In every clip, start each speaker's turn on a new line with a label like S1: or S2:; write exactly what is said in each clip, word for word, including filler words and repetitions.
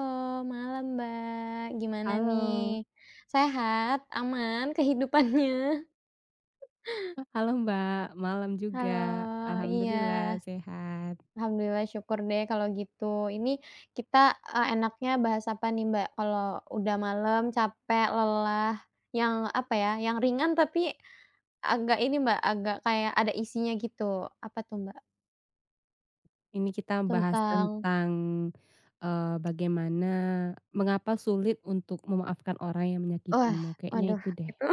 S1: Halo, malam Mbak, gimana nih?
S2: Halo,
S1: Sehat? Aman kehidupannya?
S2: eh, halo Mbak, malam
S1: Halo,
S2: juga.
S1: iya.
S2: Alhamdulillah sehat.
S1: Alhamdulillah syukur deh kalau gitu. Ini kita, eee, enaknya bahas apa nih Mbak, kalau udah malam, capek, lelah, yang apa ya, yang ringan tapi agak ini Mbak, agak kayak ada isinya gitu. Apa tuh Mbak?
S2: Ini kita bahas
S1: Tentang
S2: tentang, eee, bagaimana mengapa sulit untuk memaafkan orang yang
S1: wah,
S2: menyakitimu, kayaknya
S1: waduh
S2: itu deh.
S1: itu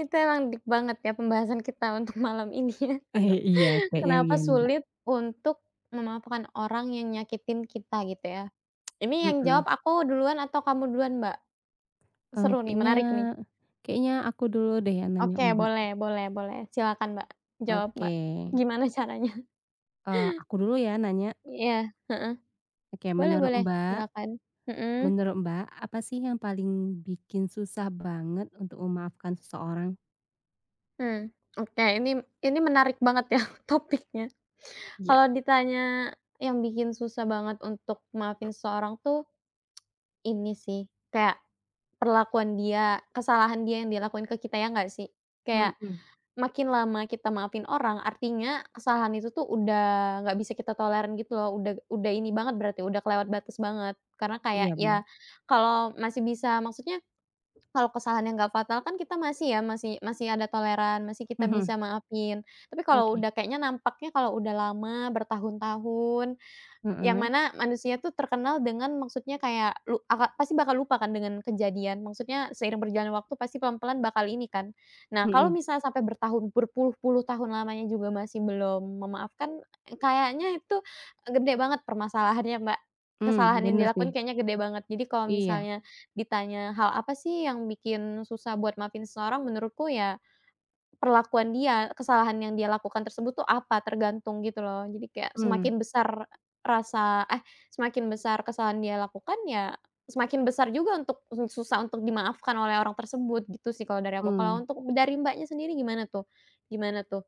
S1: itu emang deep banget ya pembahasan kita untuk malam ini. Ya.
S2: Eh, iya, kayaknya
S1: Kenapa
S2: iya nih, Mbak.
S1: sulit untuk memaafkan orang yang nyakitin kita gitu ya? Ini yang jawab
S2: Mhm,
S1: aku duluan atau kamu duluan, Mbak?
S2: eee,
S1: Seru nih,
S2: kayaknya
S1: menarik nih.
S2: kayaknya aku dulu deh yang nanya
S1: Oke,
S2: Mbak.
S1: boleh boleh boleh. Silakan, Mbak. Jawab, Mbak.
S2: Oke,
S1: Gimana caranya?
S2: eee, aku dulu ya nanya.
S1: Iya, heeh.
S2: Oke,
S1: Boleh
S2: menurut
S1: boleh,
S2: Mbak
S1: silakan. Mhm,
S2: menurut Mbak, apa sih yang paling bikin susah banget untuk memaafkan seseorang?
S1: mmm. Oke, ini ini menarik banget ya topiknya.
S2: Iya.
S1: Kalau ditanya yang bikin susah banget untuk maafin seseorang tuh ini sih, kayak perlakuan dia, kesalahan dia yang dilakuin ke kita, ya nggak sih? Kayak
S2: Mhm,
S1: makin lama kita maafin orang, artinya kesalahan itu tuh udah nggak bisa kita toleran gitu loh, udah udah ini banget berarti, udah kelewat batas banget. Karena kayak
S2: iya
S1: ya
S2: benar.
S1: kalau masih bisa maksudnya kalau kesalahan yang nggak fatal kan kita masih ya, masih masih ada toleran, masih kita
S2: Mhm.
S1: bisa maafin. Tapi kalau
S2: Oke.
S1: udah kayaknya nampaknya kalau udah lama, bertahun-tahun yang
S2: Heeh.
S1: mana manusia tuh terkenal dengan maksudnya kayak lu aka pasti bakal lupa kan dengan kejadian, maksudnya seiring berjalannya waktu pasti pelan-pelan bakal ini kan. Nah, kalau
S2: Mhm.
S1: misalnya sampai bertahun berpuluh-puluh tahun lamanya juga masih belum memaafkan, kayaknya itu gede banget permasalahannya, Mbak.
S2: Mmm,
S1: Kesalahan yang
S2: bener
S1: dilakuin
S2: sih.
S1: kayaknya gede banget. Jadi kalau
S2: Iya.
S1: misalnya ditanya, "Hal apa sih yang bikin susah buat maafin seseorang?" Menurutku ya perlakuan dia, kesalahan yang dia lakukan tersebut tuh apa, tergantung gitu loh. Jadi kayak
S2: Mmm.
S1: semakin besar rasa eh, semakin besar kesalahan dia lakukan, ya semakin besar juga untuk susah untuk dimaafkan oleh orang tersebut, gitu sih kalau dari aku. Kalau
S2: Mmm.
S1: untuk dari Mbaknya sendiri gimana tuh? Gimana tuh?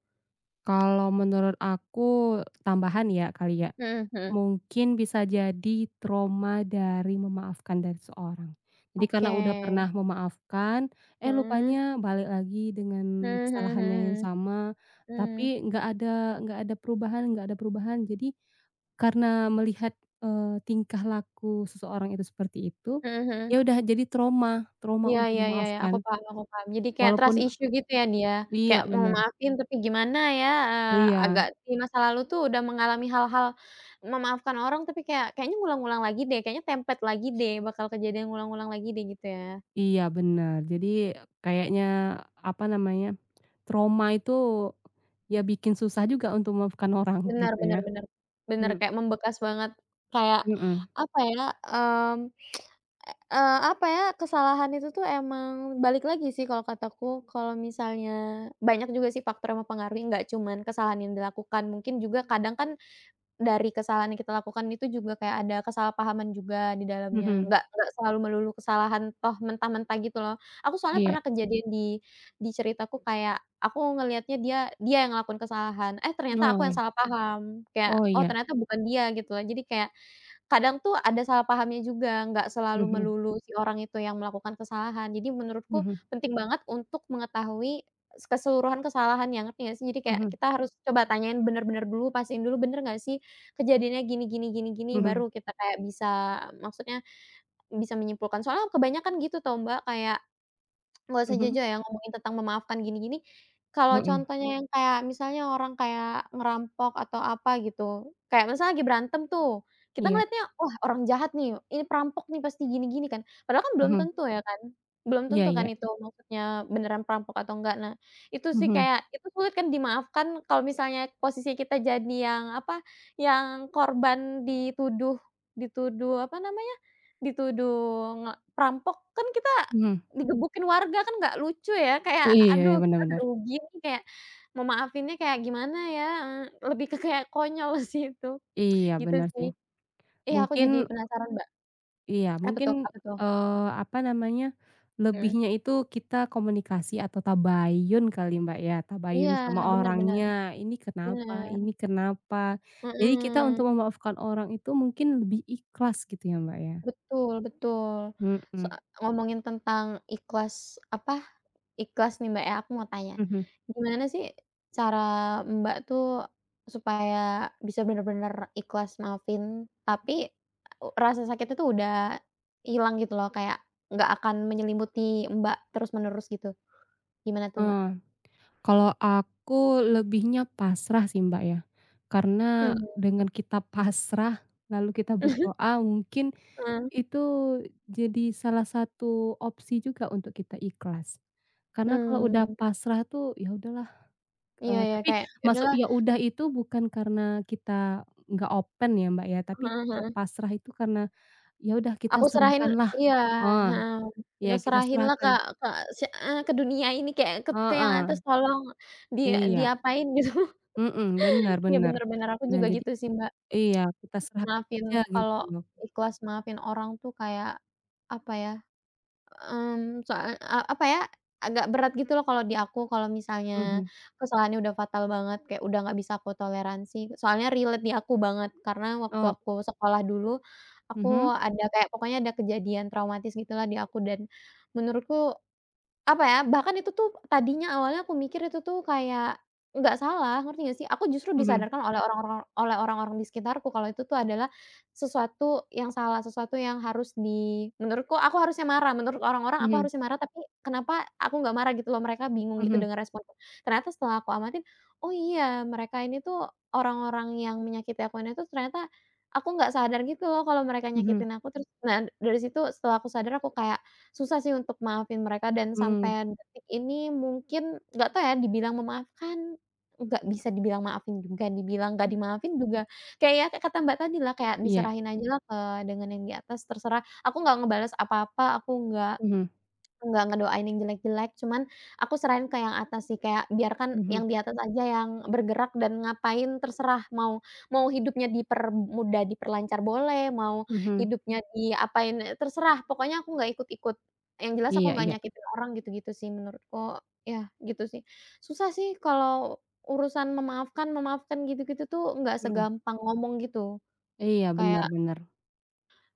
S2: Kalau menurut aku tambahan ya kali ya,
S1: Mhm mhm.
S2: mungkin bisa jadi trauma dari memaafkan dari seorang. Jadi
S1: Oke.
S2: karena udah pernah memaafkan, eh,
S1: Mhm.
S2: lupanya balik lagi
S1: Mmm,
S2: dengan
S1: mhm
S2: kesalahannya yang
S1: mhm
S2: sama,
S1: mhm. Mmm,
S2: tapi nggak ada nggak ada perubahan nggak ada perubahan, jadi karena melihat, eee, tingkah laku seseorang itu seperti itu,
S1: mhm mhm.
S2: ya udah jadi trauma trauma
S1: Iya
S2: untuk
S1: iya iya iya, aku
S2: memaafkan.
S1: paham aku paham. Jadi kayak trust
S2: Walaupun
S1: issue gitu ya dia,
S2: iya
S1: kayak mau
S2: bener.
S1: maafin tapi gimana ya, eee,
S2: Iya
S1: agak di masa lalu tuh udah mengalami hal-hal memaafkan orang tapi kayak kayaknya ngulang-ngulang lagi deh, kayaknya template lagi deh, bakal kejadian ngulang-ngulang lagi deh gitu ya.
S2: iya bener. Jadi kayaknya, apa namanya, trauma itu ya bikin susah juga untuk memaafkan orang
S1: Benar
S2: gitu
S1: benar
S2: ya.
S1: benar. Benar,
S2: Mmm.
S1: kayak membekas banget. Kayak
S2: Mhm
S1: apa ya, mmm, eee, apa ya, kesalahan itu tuh emang balik lagi sih kalau kataku, kalau misalnya banyak juga sih faktor yang mempengaruhi, nggak cuman kesalahan yang dilakukan, mungkin juga kadang kan dari kesalahan yang kita lakukan itu juga kayak ada kesalahpahaman juga di dalamnya,
S2: mhm.
S1: nggak nggak selalu melulu kesalahan toh mentah-mentah gitu loh. Aku soalnya
S2: Iya.
S1: pernah kejadian di di ceritaku kayak, aku ngelihatnya dia dia yang ngelakuin kesalahan, eh ternyata
S2: Oh
S1: aku yang
S2: ya.
S1: salah paham, kayak,
S2: Oh
S1: oh
S2: iya.
S1: ternyata bukan dia gitu loh. Jadi kayak, kadang tuh ada salah pahamnya juga, nggak selalu
S2: Mhm
S1: melulu si orang itu yang melakukan kesalahan. Jadi menurutku
S2: mhm
S1: penting banget untuk mengetahui keseluruhan kesalahannya, ngerti nggak sih? Jadi kayak
S2: mhm
S1: kita harus coba tanyain bener-bener dulu, pastiin dulu bener nggak sih kejadiannya gini gini gini gini,
S2: mhm
S1: baru kita kayak bisa maksudnya bisa menyimpulkan. Soalnya kebanyakan gitu tau Mbak, kayak nggak usah
S2: mhm.
S1: jauh-jauh ya, ngomongin tentang memaafkan gini-gini, kalau
S2: Heeh.
S1: contohnya yang kayak misalnya orang kayak ngerampok atau apa gitu, kayak misalnya lagi berantem tuh, kita
S2: Iya.
S1: ngeliatnya, "Wah orang jahat nih, ini perampok nih pasti gini-gini," kan. Padahal kan belum
S2: Mhm.
S1: tentu ya kan, belum
S2: Iya
S1: tentu kan
S2: iya.
S1: itu maksudnya beneran perampok atau enggak. Nah, itu sih
S2: Mhm
S1: kayak itu sulit kan dimaafkan kalau misalnya posisi kita jadi yang apa, yang korban dituduh dituduh apa namanya, dituduh nge perampok, kan kita
S2: mhm.
S1: digebukin warga kan nggak lucu ya, kayak aduh
S2: Iya bener
S1: kita udah
S2: bener.
S1: rugi nih, kayak mau maafinnya kayak gimana ya, eee, lebih ke kayak konyol sih itu,
S2: Iya
S1: gitu
S2: benar
S1: sih.
S2: sih.
S1: Iya aku
S2: Mungkin
S1: jadi penasaran, Mbak.
S2: iya
S1: Apa
S2: mungkin,
S1: tuh apa tuh?
S2: eee, apa namanya,
S1: Mhm.
S2: lebihnya itu kita komunikasi atau tabayun kali Mbak ya,
S1: Iya
S2: tabayun sama
S1: bener bener
S2: orangnya, ini kenapa
S1: bener,
S2: ini kenapa. Jadi kita
S1: mhm,
S2: untuk memaafkan orang itu mungkin lebih ikhlas gitu ya Mbak ya?
S1: betul betul. So
S2: Mhm.
S1: ngomongin tentang ikhlas apa ikhlas nih, Mbak, ya, aku mau tanya.
S2: Mhm.
S1: Gimana sih cara Mbak tuh supaya bisa bener-bener ikhlas maafin, tapi u rasa sakitnya tuh udah hilang gitu loh, kayak nggak akan menyelimuti Mbak terus-menerus gitu. Gimana tuh, Mbak?
S2: Nah, kalau aku lebihnya pasrah sih Mbak ya, karena
S1: Mmm.
S2: dengan kita pasrah lalu kita berdoa mungkin.
S1: Heeh.
S2: Itu jadi salah satu opsi juga untuk kita ikhlas. Karena kalau
S1: Mmm.
S2: udah pasrah tuh, ya udahlah,
S1: Iya
S2: eee,
S1: iya,
S2: tapi
S1: kayak, "Ya
S2: maksud
S1: udahlah."
S2: ya udah itu bukan karena kita nggak open ya, Mbak, ya, tapi
S1: Heeh
S2: kita
S1: heeh,
S2: pasrah itu karena, ya udah kita
S1: "Aku serahin."
S2: serahkanlah,
S1: Iya,
S2: heeh,
S1: heeh,
S2: ya
S1: "Kita
S2: kita
S1: serahinlah ke
S2: serahkan,
S1: ke se eee, ke dunia ini, kayak ke ke yang
S2: heeh,
S1: atas tolong di
S2: iya,
S1: diapain gitu."
S2: mhm, benar
S1: Iya
S2: bener.
S1: bener bener, aku
S2: Nah
S1: juga
S2: jadi
S1: gitu sih, Mbak.
S2: iya kita serahkan
S1: Maafin
S2: aja
S1: kalau
S2: gitu.
S1: ikhlas maafin orang tuh kayak, apa ya, mmm, soal a apa ya, agak berat gitu loh kalau di aku, kalau misalnya
S2: Mhm.
S1: kesalahannya udah fatal banget, kayak udah nggak bisa aku toleransi. Soalnya relate di aku banget, karena waktu
S2: Oh.
S1: aku sekolah dulu, aku
S2: Mhm
S1: ada kayak pokoknya ada kejadian traumatis gitulah di aku dan menurutku apa ya, bahkan itu tuh tadinya awalnya aku mikir itu tuh kayak nggak salah, ngerti nggak sih? Aku justru
S2: mhm
S1: disadarkan oleh orang-orang oleh orang-orang di sekitarku kalau itu tuh adalah sesuatu yang salah, sesuatu yang harus di menurutku aku harusnya marah, menurut orang-orang aku
S2: mhm
S1: harusnya marah, tapi kenapa aku nggak marah gitu loh, mereka bingung gitu
S2: mhm
S1: dengan responku. Ternyata setelah aku amatin, oh iya mereka ini tuh orang-orang yang menyakiti aku ini tuh ternyata aku nggak sadar gitu loh kalau mereka
S2: mhm
S1: nyakitin aku, terus nah dari situ setelah aku sadar aku kayak susah sih untuk maafin mereka dan
S2: mhm.
S1: sampai detik ini mungkin nggak tahu ya dibilang memaafkan, nggak bisa dibilang maafin juga, dibilang nggak dimaafin juga, kayak ya kayak kata Mbak tadi lah, kayak
S2: Iya.
S1: diserahin aja lah ke dengan yang di atas terserah, aku nggak ngebales apa-apa, aku nggak
S2: Mhm
S1: enggak ngedoain yang jelek-jelek, cuman aku serahin ke yang atas sih, kayak biarkan
S2: mhm
S1: yang di atas aja yang bergerak dan ngapain terserah, mau mau hidupnya dipermudah, diperlancar boleh, mau
S2: mhm.
S1: hidupnya diapain, eee, terserah, pokoknya aku nggak ikut-ikut. Yang jelas aku
S2: Iya
S1: nggak
S2: iya.
S1: nyakitin orang, gitu-gitu sih menurutku, ya gitu sih. Susah sih kalau urusan memaafkan memaafkan gitu-gitu tuh nggak
S2: Mhm.
S1: segampang ngomong gitu,
S2: Iya benar
S1: kayak
S2: benar.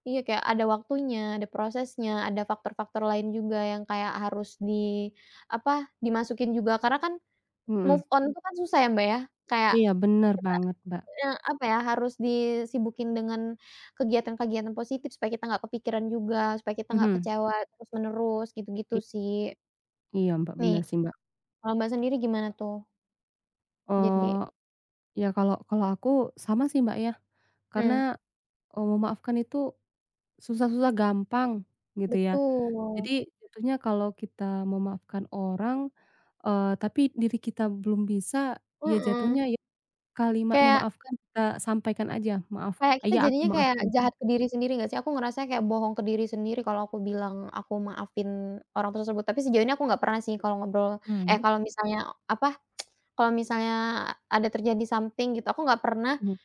S1: iya, kayak ada waktunya, ada prosesnya, ada faktor-faktor lain juga yang kayak harus di apa, dimasukin juga karena kan
S2: Mhm.
S1: move on mmm itu kan susah ya, Mbak, ya. Kayak
S2: Iya benar
S1: kita
S2: banget, Mbak.
S1: eee, apa ya, harus disibukin dengan kegiatan-kegiatan positif supaya kita nggak kepikiran juga, supaya kita nggak
S2: Mhm.
S1: kecewa terus-menerus, gitu-gitu
S2: i
S1: sih.
S2: iya, Mbak,
S1: Nih,
S2: benar sih, Mbak,
S1: kalau Mbak sendiri gimana tuh? Jadi
S2: eee, ya kalau kalau aku sama sih, Mbak, ya karena,
S1: mhm,
S2: eee, memaafkan itu susah-susah gampang gitu ya.
S1: betul,
S2: Jadi jatuhnya kalau kita memaafkan orang, eee, tapi diri kita belum bisa, ya
S1: mhm.
S2: jatuhnya ya kalimat
S1: Kayak
S2: memaafkan kita sampaikan aja, "Maaf,
S1: kayak kita
S2: iya aku
S1: jadinya kayak
S2: maafin."
S1: jahat ke diri sendiri nggak sih? Aku ngerasa kayak bohong ke diri sendiri kalau aku bilang aku maafin orang tersebut, tapi sejauh ini aku nggak pernah sih kalau ngobrol eh,
S2: Mhm
S1: kalau misalnya apa, kalau misalnya ada terjadi something gitu, aku nggak pernah
S2: mhm.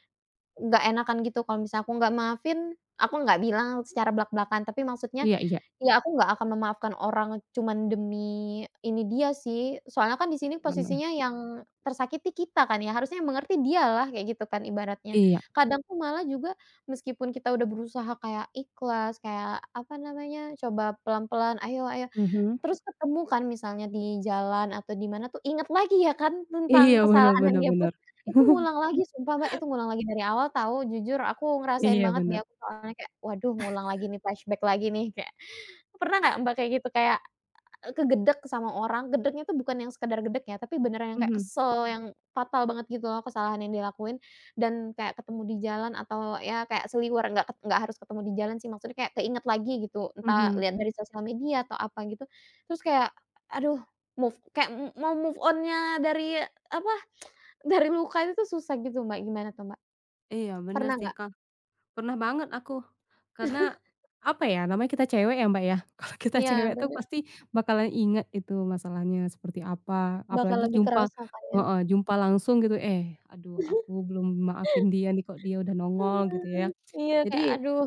S1: nggak enakan gitu, kalau misalnya aku nggak maafin, aku nggak bilang secara blak-blakan, tapi maksudnya
S2: Iya iya.
S1: iya, aku nggak akan memaafkan orang cuman demi ini dia sih, soalnya kan di sini
S2: Heeh.
S1: posisinya yang tersakiti kita kan ya, harusnya yang mengerti dialah, kayak gitu kan ibaratnya.
S2: Iya.
S1: Kadang tuh malah juga meskipun kita udah berusaha kayak ikhlas, kayak apa namanya, coba pelan-pelan, "Ayo ayo,"
S2: Mhm.
S1: terus ketemu kan misalnya di jalan atau di mana tuh inget lagi ya kan tentang
S2: Iya, bener
S1: kesalahan yang
S2: bener
S1: dia buat,
S2: bener.
S1: itu ngulang lagi sumpah Mbak, itu ngulang lagi dari awal tahu jujur aku ngerasain
S2: Iya,
S1: banget di
S2: bener.
S1: aku soalnya kayak, waduh ngulang lagi nih flashback lagi nih kayak, pernah nggak Mbak kayak gitu kayak Eee, kegedek sama orang, gedeknya tuh bukan yang sekedar gedek ya, tapi beneran yang kayak
S2: Mhm
S1: kesel, yang fatal banget gitu loh kesalahan yang dia lakuin, dan kayak ketemu di jalan atau ya kayak seliwer, nggak ket nggak harus ketemu di jalan sih, maksudnya kayak keinget lagi gitu, entah
S2: mhm.
S1: lihat dari sosial media atau apa gitu, terus kayak, aduh move kayak m mau move on-nya dari apa, dari luka itu tuh susah gitu Mbak, gimana tuh Mbak?
S2: Iya, bener
S1: Pernah
S2: sih,
S1: nggak?
S2: Kak. Pernah banget aku. Karena, apa ya, namanya kita cewek ya, Mbak, ya. Kalau kita
S1: Iya
S2: cewek tuh
S1: bener,
S2: pasti bakalan inget itu masalahnya seperti apa,
S1: bakal
S2: apalagi
S1: lebih
S2: jumpa,
S1: kerasa kan ya.
S2: heeh, jumpa langsung gitu, "Eh, aduh aku belum maafin dia nih, kok dia udah
S1: Mhm,
S2: nongol," gitu ya.
S1: iya
S2: Jadi,
S1: kayak aduh,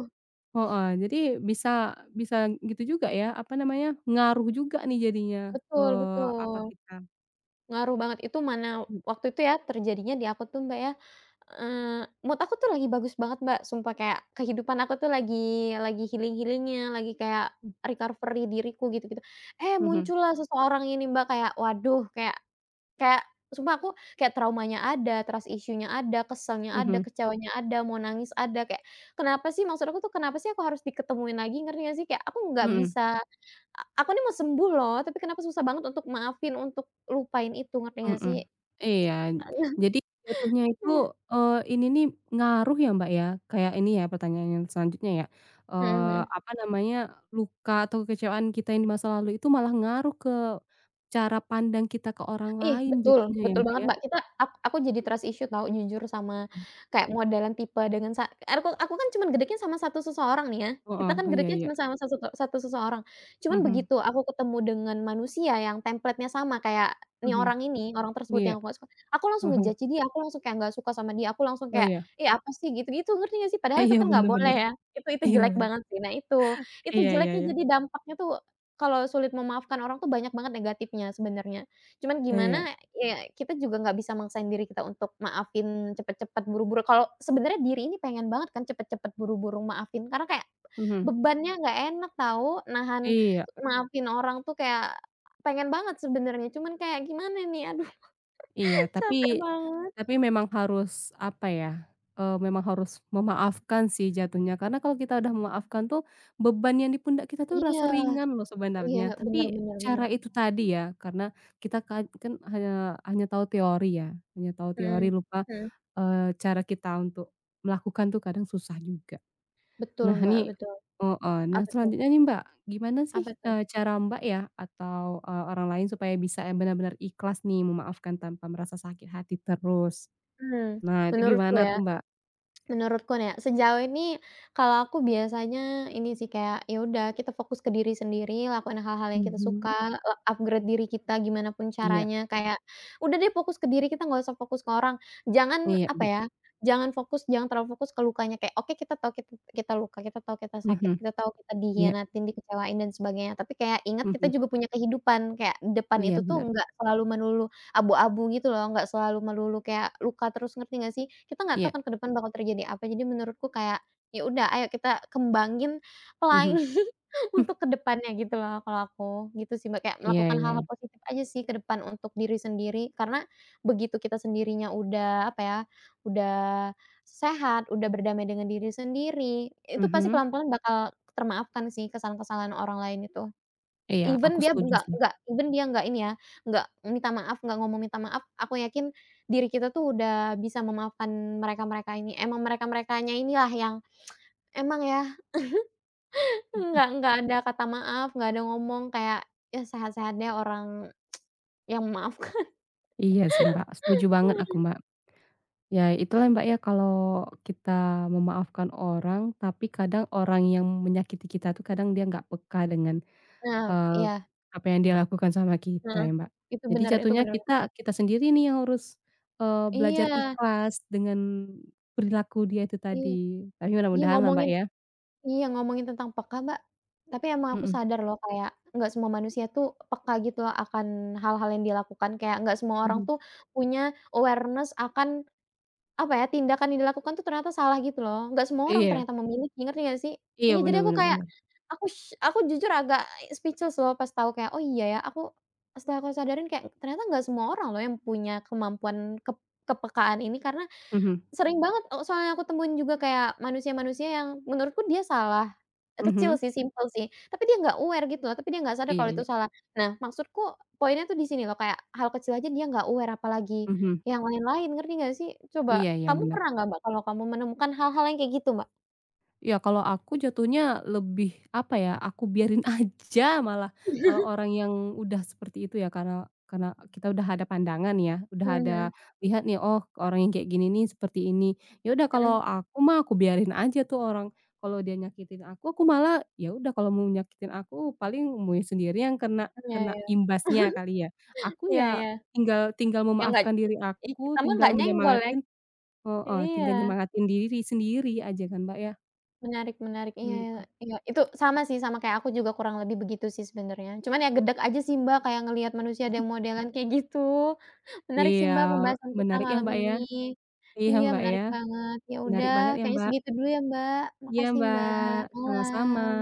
S2: heeh, jadi bisa bisa gitu juga ya, apa namanya, ngaruh juga nih jadinya ke
S1: betul
S2: apa
S1: betul.
S2: kita.
S1: Ngaruh banget, itu mana
S2: Mhm
S1: waktu itu ya terjadinya di aku tuh Mbak ya, eee, mood aku tuh lagi bagus banget Mbak, sumpah kayak kehidupan aku tuh lagi lagi healing-healing-nya, lagi kayak recovery diriku gitu-gitu. Eh
S2: mhm
S1: muncullah seseorang ini Mbak, kayak waduh kayak kayak sumpah aku kayak traumanya ada, trust issue-nya ada, keselnya ada,
S2: mhm.
S1: kecewanya ada, mau nangis ada, kayak kenapa sih maksud aku tuh kenapa sih aku harus diketemuin lagi ngerti nggak sih? Kayak aku nggak
S2: Mhm.
S1: bisa a aku nih mau sembuh loh, tapi kenapa susah banget untuk maafin, untuk lupain itu, ngerti nggak
S2: Mhm,
S1: sih?
S2: iya.
S1: Heeh.
S2: Jadi jatuhnya itu, eee, ini nih ngaruh ya, Mbak, ya, kayak ini ya pertanyaan yang selanjutnya ya,
S1: Mhm,
S2: eee,
S1: mhm.
S2: apa namanya, luka atau kekecewaan kita yang di masa lalu itu malah ngaruh ke cara pandang kita ke orang
S1: Ih,
S2: lain
S1: betul
S2: jatuhnya ya,
S1: betul
S2: Mbak,
S1: banget,
S2: ya?
S1: Mbak, kita ak aku jadi trust issue tahu jujur sama kayak modelan tipe dengan sa aku aku kan cuman gedeknya sama satu seseorang nih ya, kita
S2: Heeh.
S1: kan
S2: Oh iya
S1: gedeknya
S2: iya.
S1: cuma sama satu satu seseorang. Cuman
S2: Mhm
S1: begitu aku ketemu dengan manusia yang template-nya sama kayak nih
S2: mhm.
S1: orang ini, orang tersebut
S2: Iya.
S1: yang aku nggak suka, aku langsung
S2: Heeh.
S1: nge-judge dia, aku langsung kayak nggak suka sama dia, aku langsung
S2: Oh,
S1: kayak,
S2: iya.
S1: "Ih, apa sih?" Gitu-gitu, ngerti nggak sih?
S2: Eh,
S1: Padahal itu
S2: iya,
S1: kan nggak
S2: bener
S1: boleh
S2: bener.
S1: mmm ya, itu itu
S2: Iya
S1: jelek
S2: bener.
S1: banget sih. Nah itu, itu
S2: Iya iya
S1: jeleknya
S2: iya.
S1: jadi dampaknya tuh kalau sulit memaafkan orang tuh banyak banget negatifnya sebenarnya. Cuman
S2: Iya.
S1: gimana, ya kita juga nggak bisa maksain diri kita untuk maafin cepet-cepet, buru-buru. Kalau sebenarnya diri ini pengen banget kan cepet-cepet, buru-buru maafin, karena kayak
S2: Mhm.
S1: bebannya nggak enak tahu, nahan
S2: Iya.
S1: maafin orang tuh kayak pengen banget sebenarnya, cuman kayak gimana nih, aduh
S2: Iya, tapi
S1: capek banget.
S2: tapi memang harus, apa ya, eee, memang harus memaafkan sih jatuhnya, karena kalau kita udah memaafkan tuh, beban yang di pundak kita tuh
S1: Iya
S2: rasa ringan loh
S1: iya,
S2: sebenarnya. Tapi
S1: bener bener bener.
S2: cara itu tadi ya, karena kita kan kan hanya hanya tahu teori ya, hanya tahu teori
S1: Mhm
S2: lupa,
S1: mhm.
S2: eee, cara kita untuk melakukan tuh kadang susah juga.
S1: Betul,
S2: Nah
S1: Mbak,
S2: ini.
S1: betul.
S2: Heeh. Nah
S1: Apa tuh
S2: selanjutnya nih Mbak, gimana sih,
S1: apa tuh?
S2: eee, cara Mbak ya atau, eee, orang lain supaya bisa yang benar-benar ikhlas nih memaafkan tanpa merasa sakit hati terus?
S1: Mhm,
S2: Nah itu
S1: menurutku
S2: gimana
S1: ya
S2: tuh Mbak?
S1: menurutku nih ya, sejauh ini kalau aku biasanya ini sih kayak, ya udah kita fokus ke diri sendiri, lakuin hal-hal yang kita
S2: Mhm.
S1: suka, le upgrade diri kita gimana pun
S2: Iya
S1: caranya, kayak udah deh fokus ke diri kita nggak usah fokus ke orang. Jangan
S2: iya
S1: apa
S2: iya.
S1: ya, jangan fokus jangan terlalu fokus ke lukanya kayak, oke kita tahu kita kita luka, kita tahu kita sakit,
S2: Mhm.
S1: kita tahu kita
S2: Iya.
S1: dikhianatin, dikecewain dan sebagainya, tapi kayak ingat kita
S2: Mhm.
S1: juga punya kehidupan, kayak depan itu
S2: Iya
S1: tuh
S2: benar.
S1: nggak selalu melulu abu-abu gitu loh, nggak selalu melulu kayak luka terus, ngerti nggak sih? Kita nggak tahu
S2: Iya.
S1: kan ke depan bakal terjadi apa, jadi menurutku kayak, ya udah ayo kita kembangin
S2: Mhm.
S1: pelangi
S2: Mh.
S1: untuk ke depannya gitu loh kalau aku, gitu sih Mbak, kayak
S2: Iya
S1: melakukan hal-hal
S2: iya.
S1: positif aja sih ke depan untuk diri sendiri, karena begitu kita sendirinya udah, apa ya, udah sehat, udah berdamai dengan diri sendiri, itu pasti
S2: Mhm.
S1: pelan-pelan bakal termaafkan sih kesalahan-kesalahan orang lain itu.
S2: Iya
S1: Even
S2: aku
S1: dia
S2: setuju
S1: nggak
S2: sih.
S1: nggak even dia nggak ini ya, nggak minta maaf, nggak ngomong minta maaf, aku yakin diri kita tuh udah bisa memaafkan mereka-mereka ini. Emang mereka-merekanya inilah yang emang ya
S2: Mhm.
S1: nggak nggak ada kata maaf, nggak ada ngomong kayak, ya sehat-sehat deh orang yang memaafkan.
S2: Iya sih Mbak, setuju banget aku Mbak. Ya itulah Mbak ya kalau kita memaafkan orang, tapi kadang orang yang menyakiti kita tuh kadang dia nggak peka dengan,
S1: Nah,
S2: eee,
S1: iya,
S2: apa yang dia lakukan sama kita
S1: heeh,
S2: ya Mbak.
S1: itu
S2: Jadi
S1: bener itu
S2: jatuhnya
S1: bener.
S2: kita kita sendiri nih yang harus, eee, belajar
S1: Iya
S2: ikhlas dengan perilaku dia itu
S1: iya
S2: tadi. Tapi
S1: iya
S2: mudah-mudahan lah Mbak
S1: ngomongin
S2: ya.
S1: iya, ngomongin tentang peka, Mbak, tapi emang aku
S2: Mhm
S1: sadar loh kayak nggak semua manusia tuh peka gitu loh akan hal-hal yang dilakukan, kayak nggak semua orang
S2: mhm.
S1: tuh punya awareness akan, apa ya, tindakan yang dilakukan tuh ternyata salah gitu loh, nggak semua orang
S2: Iya
S1: ternyata memiliki, ngerti nggak sih?
S2: iya
S1: Iya, jadi
S2: bener
S1: aku iya
S2: bener
S1: kayak
S2: bener.
S1: aku sye aku jujur agak speechless loh pas tahu kayak, "Oh iya ya," aku setelah aku sadarin kayak ternyata nggak semua orang loh yang punya kemampuan kep kepekaan ini karena
S2: Mhm
S1: sering banget, eee, soalnya aku temuin juga kayak manusia-manusia yang menurutku dia salah, eee,
S2: mhm.
S1: kecil sih, simpel sih, tapi dia nggak aware gitu loh, tapi dia nggak sadar
S2: Iya
S1: kalau itu
S2: iya.
S1: salah. Nah, maksudku poinnya tuh di sini loh, kayak hal kecil aja dia nggak aware, apalagi
S2: Mhm.
S1: yang lain-lain, ngerti nggak sih? Coba
S2: Iya iya
S1: kamu
S2: bener.
S1: pernah nggak, Mbak, kalau kamu menemukan hal-hal yang kayak gitu, Mbak?
S2: Ya kalau aku jatuhnya lebih, apa ya, aku biarin aja malah. Kalau orang yang udah seperti itu ya karena karena kita udah ada pandangan ya, udah ada
S1: Mhm,
S2: lihat nih, oh orang yang kayak gini nih seperti ini. Ya udah kalau
S1: mhm,
S2: aku mah aku biarin aja tuh orang, kalau dia nyakitin aku, aku malah ya udah kalau mau nyakitin aku paling mau sendiri yang kena
S1: iya
S2: kena
S1: iya,
S2: imbasnya kali ya. Aku
S1: iya
S2: ya
S1: iya,
S2: tinggal tinggal
S1: yang nggak
S2: memaafkan
S1: ki
S2: diri
S1: i kita
S2: aku,
S1: mah
S2: tinggal
S1: nggak nyenggol ya.
S2: menyemangatin, oh
S1: Iya.
S2: tinggal nyemangatin diri sendiri aja kan Mbak ya.
S1: Menarik menarik, iya iya,
S2: Mhm.
S1: iya, itu sama sih, sama kayak aku juga kurang lebih begitu sih sebenarnya. Cuman ya gedeg aja sih Mbak, kayak ngelihat manusia ada yang modelan kayak gitu. Menarik sih
S2: Iya,
S1: Mbak pembahasan kita
S2: menarik ya,
S1: malam
S2: Mbak, ya.
S1: ini.
S2: Iya,
S1: Iya
S2: Mbak, ya.
S1: menarik banget. Ya
S2: Menarik
S1: udah
S2: banget ya,
S1: kayaknya
S2: Mbak.
S1: segitu dulu ya Mbak.
S2: Iya,
S1: Makasih Mbak,
S2: Mbak,
S1: malam.
S2: sama-sama.